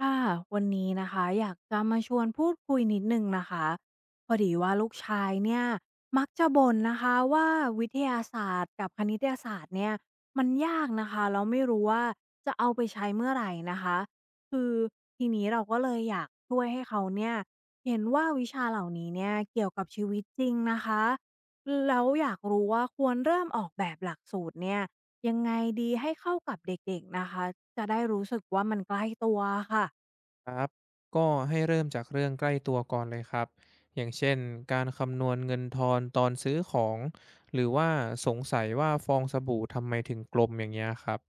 ค่ะวันนี้นะคะอยากจะมาชวนพูดคุยนิดหนึ่งนะคะพอดีว่าลูกชายเนี่ยมักจะบ่นนะคะว่าวิทยาศาสตร์กับคณิตศาสตร์เนี่ยมันยากนะคะแล้วไม่รู้ว่าจะเอาไปใช้เมื่อไหร่นะคะคือทีนี้เราก็เลยอยากช่วยให้เขาเนี่ยเห็นว่าวิชาเหล่านี้เนี่ยเกี่ยวกับชีวิตจริงนะคะแล้วอยากรู้ว่าควรเริ่มออกแบบหลักสูตรเนี่ย ยังไงดีให้เข้ากับเด็กๆนะคะจะได้รู้สึกว่ามันใกล้ตัวค่ะครับก็ให้เริ่มจากเรื่องใกล้ตัวก่อนเลยครับอย่างเช่นการคำนวณเงินทอนตอนซื้อของหรือว่าสงสัยว่าฟองสบู่ทำไมถึงกลมอย่างเงี้ยครับ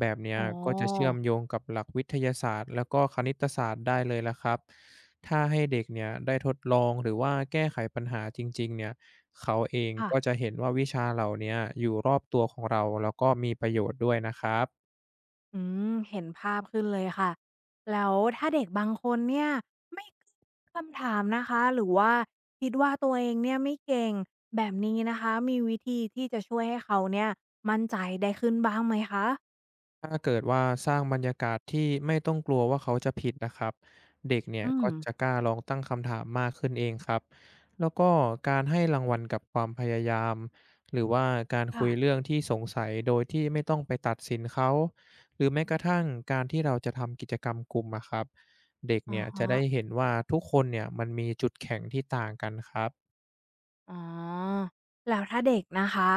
แบบเนี้ยอ๋อก็จะเชื่อมโยงกับหลักวิทยาศาสตร์แล้วก็คณิตศาสตร์ได้เลยละครับถ้าให้เด็กเนี่ยได้ทดลองหรือว่าแก้ไขปัญหาจริงๆเนี่ยเขาเองค่ะก็จะเห็นว่าวิชาเหล่าเนี้ยอยู่รอบตัวของเราแล้วก็มีประโยชน์ด้วยนะครับ อืมเห็นภาพขึ้นเลยค่ะแล้วถ้าเด็กบางคนเนี่ยไม่กล้าคำถามนะคะหรือว่าคิดว่าตัวเองเนี่ยไม่เก่งแบบนี้นะคะมีวิธีที่จะช่วยให้เขาเนี่ยมั่นใจได้ขึ้นบ้างไหมคะถ้าเกิดว่าสร้างบรรยากาศที่ไม่ต้องกลัวว่าเขาจะผิดนะครับเด็กเนี่ยอืมก็จะกล้าลองตั้งคำถามมากขึ้นเองครับแล้วก็การให้รางวัลกับความพยายามหรือว่าการคุยค่ะเรื่องที่สงสัยโดยที่ไม่ต้องไปตัดสินเขาหรือแม้กระทั่งการที่เราจะทำกิจกรรมกลุ่มอะครับเด็กอะเนี่ยจะฮะ ได้เห็นว่าทุกคนเนี่ยมันมีจุดแข็งที่ต่างกันครับ อ๋อแล้วถ้าเด็กนะคะ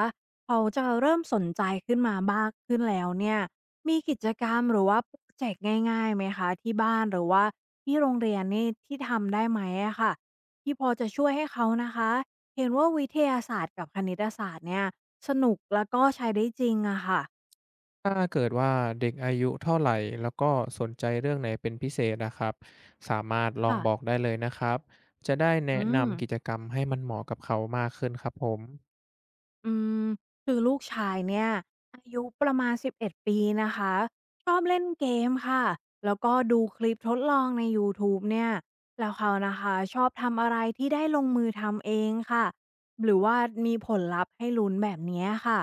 เขาจะเริ่มสนใจขึ้นมามากขึ้นแล้วเนี่ยมีกิจกรรมหรือว่าโปรเจกต์ง่ายๆไหมคะที่บ้านหรือว่าที่โรงเรียนนี่ที่ทำได้ไหมอะค่ะที่พอจะช่วยให้เขานะคะเห็นว่าวิทยาศาสตร์กับคณิตศาสตร์เนี่ยสนุกแล้วก็ใช้ได้จริงอะค่ะถ้าเกิดว่าเด็กอายุเท่าไหร่แล้วก็สนใจเรื่องไหนเป็นพิเศษนะครับสามารถลองบอกค่ะได้เลยนะครับจะได้อืแนะม นำกิจกรรมให้มันเหมาะกับเขามากขึ้นครับผม อืมคือลูกชายเนี่ยอายุประมาณ11ปีนะคะชอบเล่นเกมค่ะแล้วก็ดูคลิปทดลองในยูทูบเนี่ยแล้วเขานะคะชอบทำอะไรที่ได้ลงมือทำเองค่ะหรือว่ามีผลลัพธ์ให้ลุ้นแบบเนี้ยค่ะ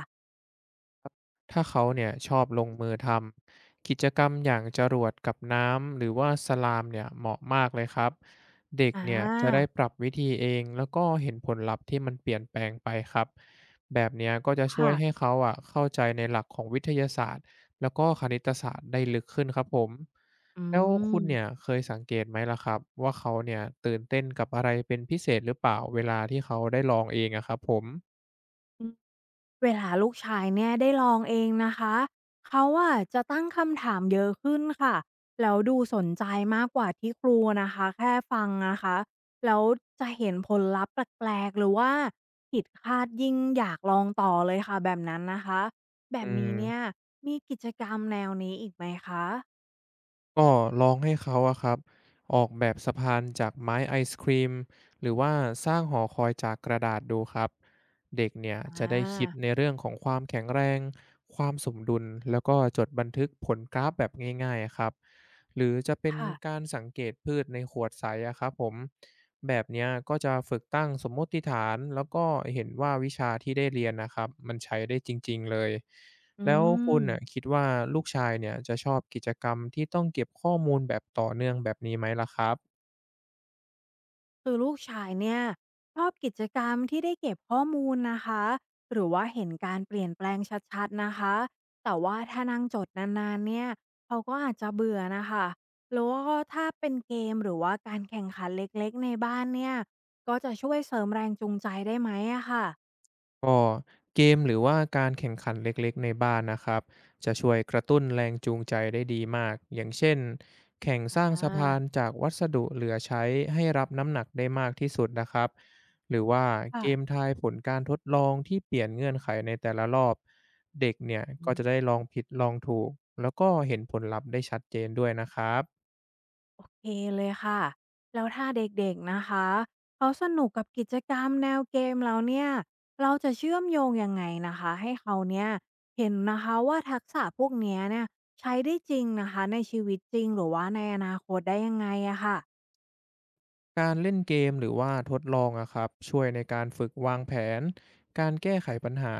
ถ้าเขาเนี่ยชอบลงมือทำกิจกรรมอย่างจรวดกับน้ำหรือว่าสลามเนี่ยเหมาะมากเลยครับเด็กอาเนี่ยจะได้ปรับวิธีเองแล้วก็เห็นผลลัพธ์ที่มันเปลี่ยนแปลงไปครับแบบเนี้ยก็จะช่วยค่ะให้เขาอ่ะเข้าใจในหลักของวิทยาศาสตร์แล้วก็คณิตศาสตร์ได้ลึกขึ้นครับผมอืแล้วคุณเนี่ยม เคยสังเกตไหมล่ะครับว่าเขาเนี่ยตื่นเต้นกับอะไรเป็นพิเศษหรือเปล่าเวลาที่เขาได้ลองเองอะครับผมเวลาลูกชายเนี่ยได้ลองเองนะคะเขาอะจะตั้งคำถามเยอะขึ้นค่ะแล้วดูสนใจมากกว่าที่ครูนะคะแค่ฟังนะคะแล้วจะเห็นผลลัพธ์แปลกๆหรือว่าผิดคาดยิ่งอยากลองต่อเลยค่ะแบบนั้นนะคะแบอืบม นี้เนี่ยมีกิจกรรมแนวนี้อีกไหมคะก็ลองให้เขาอะครับออกแบบสะพานจากไม้ไอศครีมหรือว่าสร้างหอคอยจากกระดาษดูครับเด็กเนี่ยจะอาได้คิดในเรื่องของความแข็งแรงความสมดุลแล้วก็จดบันทึกผลกราฟแบบง่ายๆอะครับหรือจะเป็นค่ะการสังเกตพืชในขวดใสอะครับผมแบบเนี้ยก็จะฝึกตั้งสมมติฐานแล้วก็เห็นว่าวิชาที่ได้เรียนนะครับมันใช้ได้จริงๆเลย อแล้วคุืณม น่ะคิดว่าลูกชายเนี่ยจะชอบกิจกรรมที่ต้องเก็บข้อมูลแบบต่อเนื่องแบบนี้ไหมล่ะครับคือลูกชายเนี่ยชอบกิจกรรมที่ได้เก็บข้อมูลนะคะหรือว่าเห็นการเปลี่ยนแปลงชัดๆนะคะแต่ว่าถ้านั่งจดนานๆเนี่ยเขาก็อาจจะเบื่อนะคะแล้วก็ถ้าเป็นเกมหรือว่าการแข่งขันเล็กๆในบ้านเนี่ยก็จะช่วยเสริมแรงจูงใจได้ไหมอะค่ะก็เกมหรือว่าการแข่งขันเล็กๆในบ้านนะครับจะช่วยกระตุ้นแรงจูงใจได้ดีมากอย่างเช่นแข่งสอ่าร้างสะพานจากวัสดุเหลือใช้ให้รับน้ำหนักได้มากที่สุดนะครับหรือว่าเกมค่ะ ทายผลการทดลองที่เปลี่ยนเงื่อนไขในแต่ละรอบเด็กเนี่ยก็จะได้ลองผิดลองถูกแล้วก็เห็นผลลัพธ์ได้ชัดเจนด้วยนะครับ โอเคเลยค่ะแล้วถ้าเด็กๆนะคะเขาสนุกกับกิจกรรมแนวเกมแล้วเนี่ยเราจะเชื่อมโยงยังไงนะคะให้เขาเนี่ยเห็นนะคะว่าทักษะพวกเนี้ยเนี่ยใช้ได้จริงนะคะในชีวิตจริงหรือว่าในอนาคตได้ยังไงอะค่ะการเล่นเกมหรือว่าทดลองอะครับช่วยในการฝึกวางแผนการแก้ไขปัญหา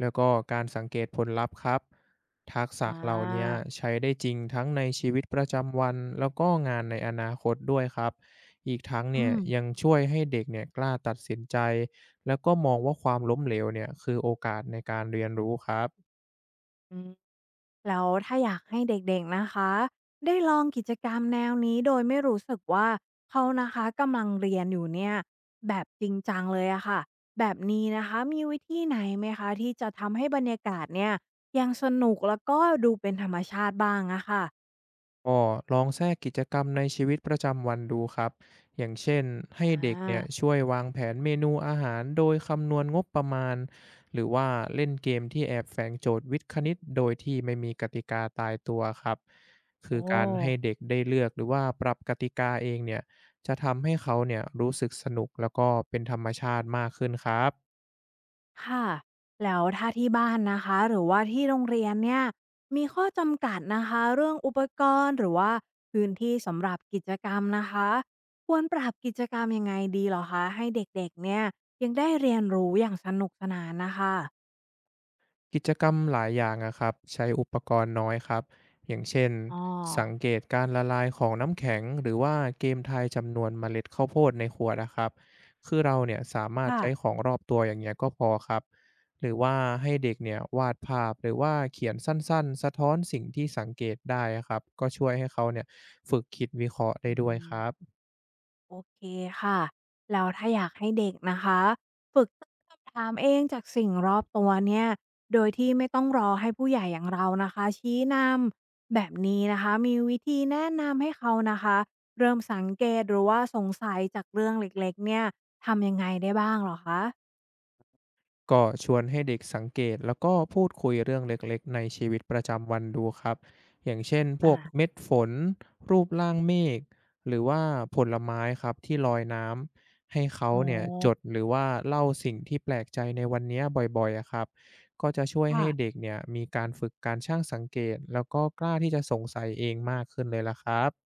แล้วก็การสังเกตผลลัพธ์ครับทักษะอ่าเหล่าเนี้ยใช้ได้จริงทั้งในชีวิตประจำวันแล้วก็งานในอนาคตด้วยครับอีกทั้งเนี่อืยมยังช่วยให้เด็กเนี่ยกล้าตัดสินใจแล้วก็มองว่าความล้มเหลวเนี่ยคือโอกาสในการเรียนรู้ครับ อืม แล้วถ้าอยากให้เด็กๆนะคะได้ลองกิจกรรมแนวนี้โดยไม่รู้สึกว่าเขานะคะกำลังเรียนอยู่เนี่ยแบบจริงจังเลยอะค่ะแบบนี้นะคะมีวิธีไหนไหมคะที่จะทำให้บรรยากาศเนี่ยยังสนุกแล้วก็ดูเป็นธรรมชาติบ้างอะค่ะก็ลองแทรกกิจกรรมในชีวิตประจำวันดูครับอย่างเช่นให้อ่เด็กเนี่ยาช่วยวางแผนเมนูอาหารโดยคำนวณงบประมาณหรือว่าเล่นเกมที่แอบแฝงโจทย์วิทย์คณิตโดยที่ไม่มีกติกาตายตัวครับคือโอ้ การให้เด็กได้เลือกหรือว่าปรับกติกาเองเนี่ยจะทำให้เขาเนี่ยรู้สึกสนุกแล้วก็เป็นธรรมชาติมากขึ้นครับ ค่ะแล้วถ้าที่บ้านนะคะหรือว่าที่โรงเรียนเนี่ยมีข้อจำกัดนะคะเรื่องอุปกรณ์หรือว่าพื้นที่สำหรับกิจกรรมนะคะควรปรับกิจกรรมยังไงดีเหรอคะให้เด็กๆเนี่ยยังได้เรียนรู้อย่างสนุกสนานนะคะกิจกรรมหลายอย่างอะครับใช้อุปกรณ์น้อยครับอย่างเช่นอ๋อสังเกตการละลายของน้ำแข็งหรือว่าเกมทายจำนวนเมล็ดข้าวโพดในขวดนะครับคือเราเนี่ยสามารถค่ะใช้ของรอบตัวอย่างเงี้ยก็พอครับหรือว่าให้เด็กเนี่ยวาดภาพหรือว่าเขียนสั้นๆสะท้อนสิ่งที่สังเกตได้อะครับก็ช่วยให้เขาเนี่ยฝึกคิดวิเคราะห์ได้อืด้วยม ครับ โอเคค่ะแล้วถ้าอยากให้เด็กนะคะฝึกตั้งคำถามเองจากสิ่งรอบตัวเนี่ยโดยที่ไม่ต้องรอให้ผู้ใหญ่อย่างเรานะคะชี้นำแบบนี้นะคะมีวิธีแนะนำให้เขานะคะเริ่มสังเกตหรือว่าสงสัยจากเรื่องเล็กๆเนี่ยทำยังไงได้บ้างเหรอคะก็ชวนให้เด็กสังเกตแล้วก็พูดคุยเรื่องเล็กๆในชีวิตประจำวันดูครับอย่างเช่นพวกอ่าเม็ดฝนรูปร่างเมฆหรือว่าผลไม้ครับที่ลอยน้ำให้เขาอ๋อเนี่ยจดหรือว่าเล่าสิ่งที่แปลกใจในวันเนี้ยบ่อยๆอะครับก็จะช่วยค่ะให้เด็กเนี่ยมีการฝึกการช่างสังเกตแล้วก็กล้าที่จะสงสัยเองมากขึ้นเลยล่ะครับ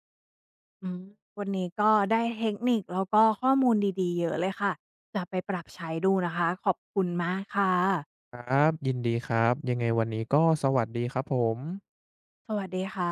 อืมวันนี้ก็ได้เทคนิคแล้วก็ข้อมูลดีๆเยอะเลยค่ะจะไปปรับใช้ดูนะคะขอบคุณมากค่ะครับยินดีครับยังไงวันนี้ก็สวัสดีครับผมสวัสดีค่ะ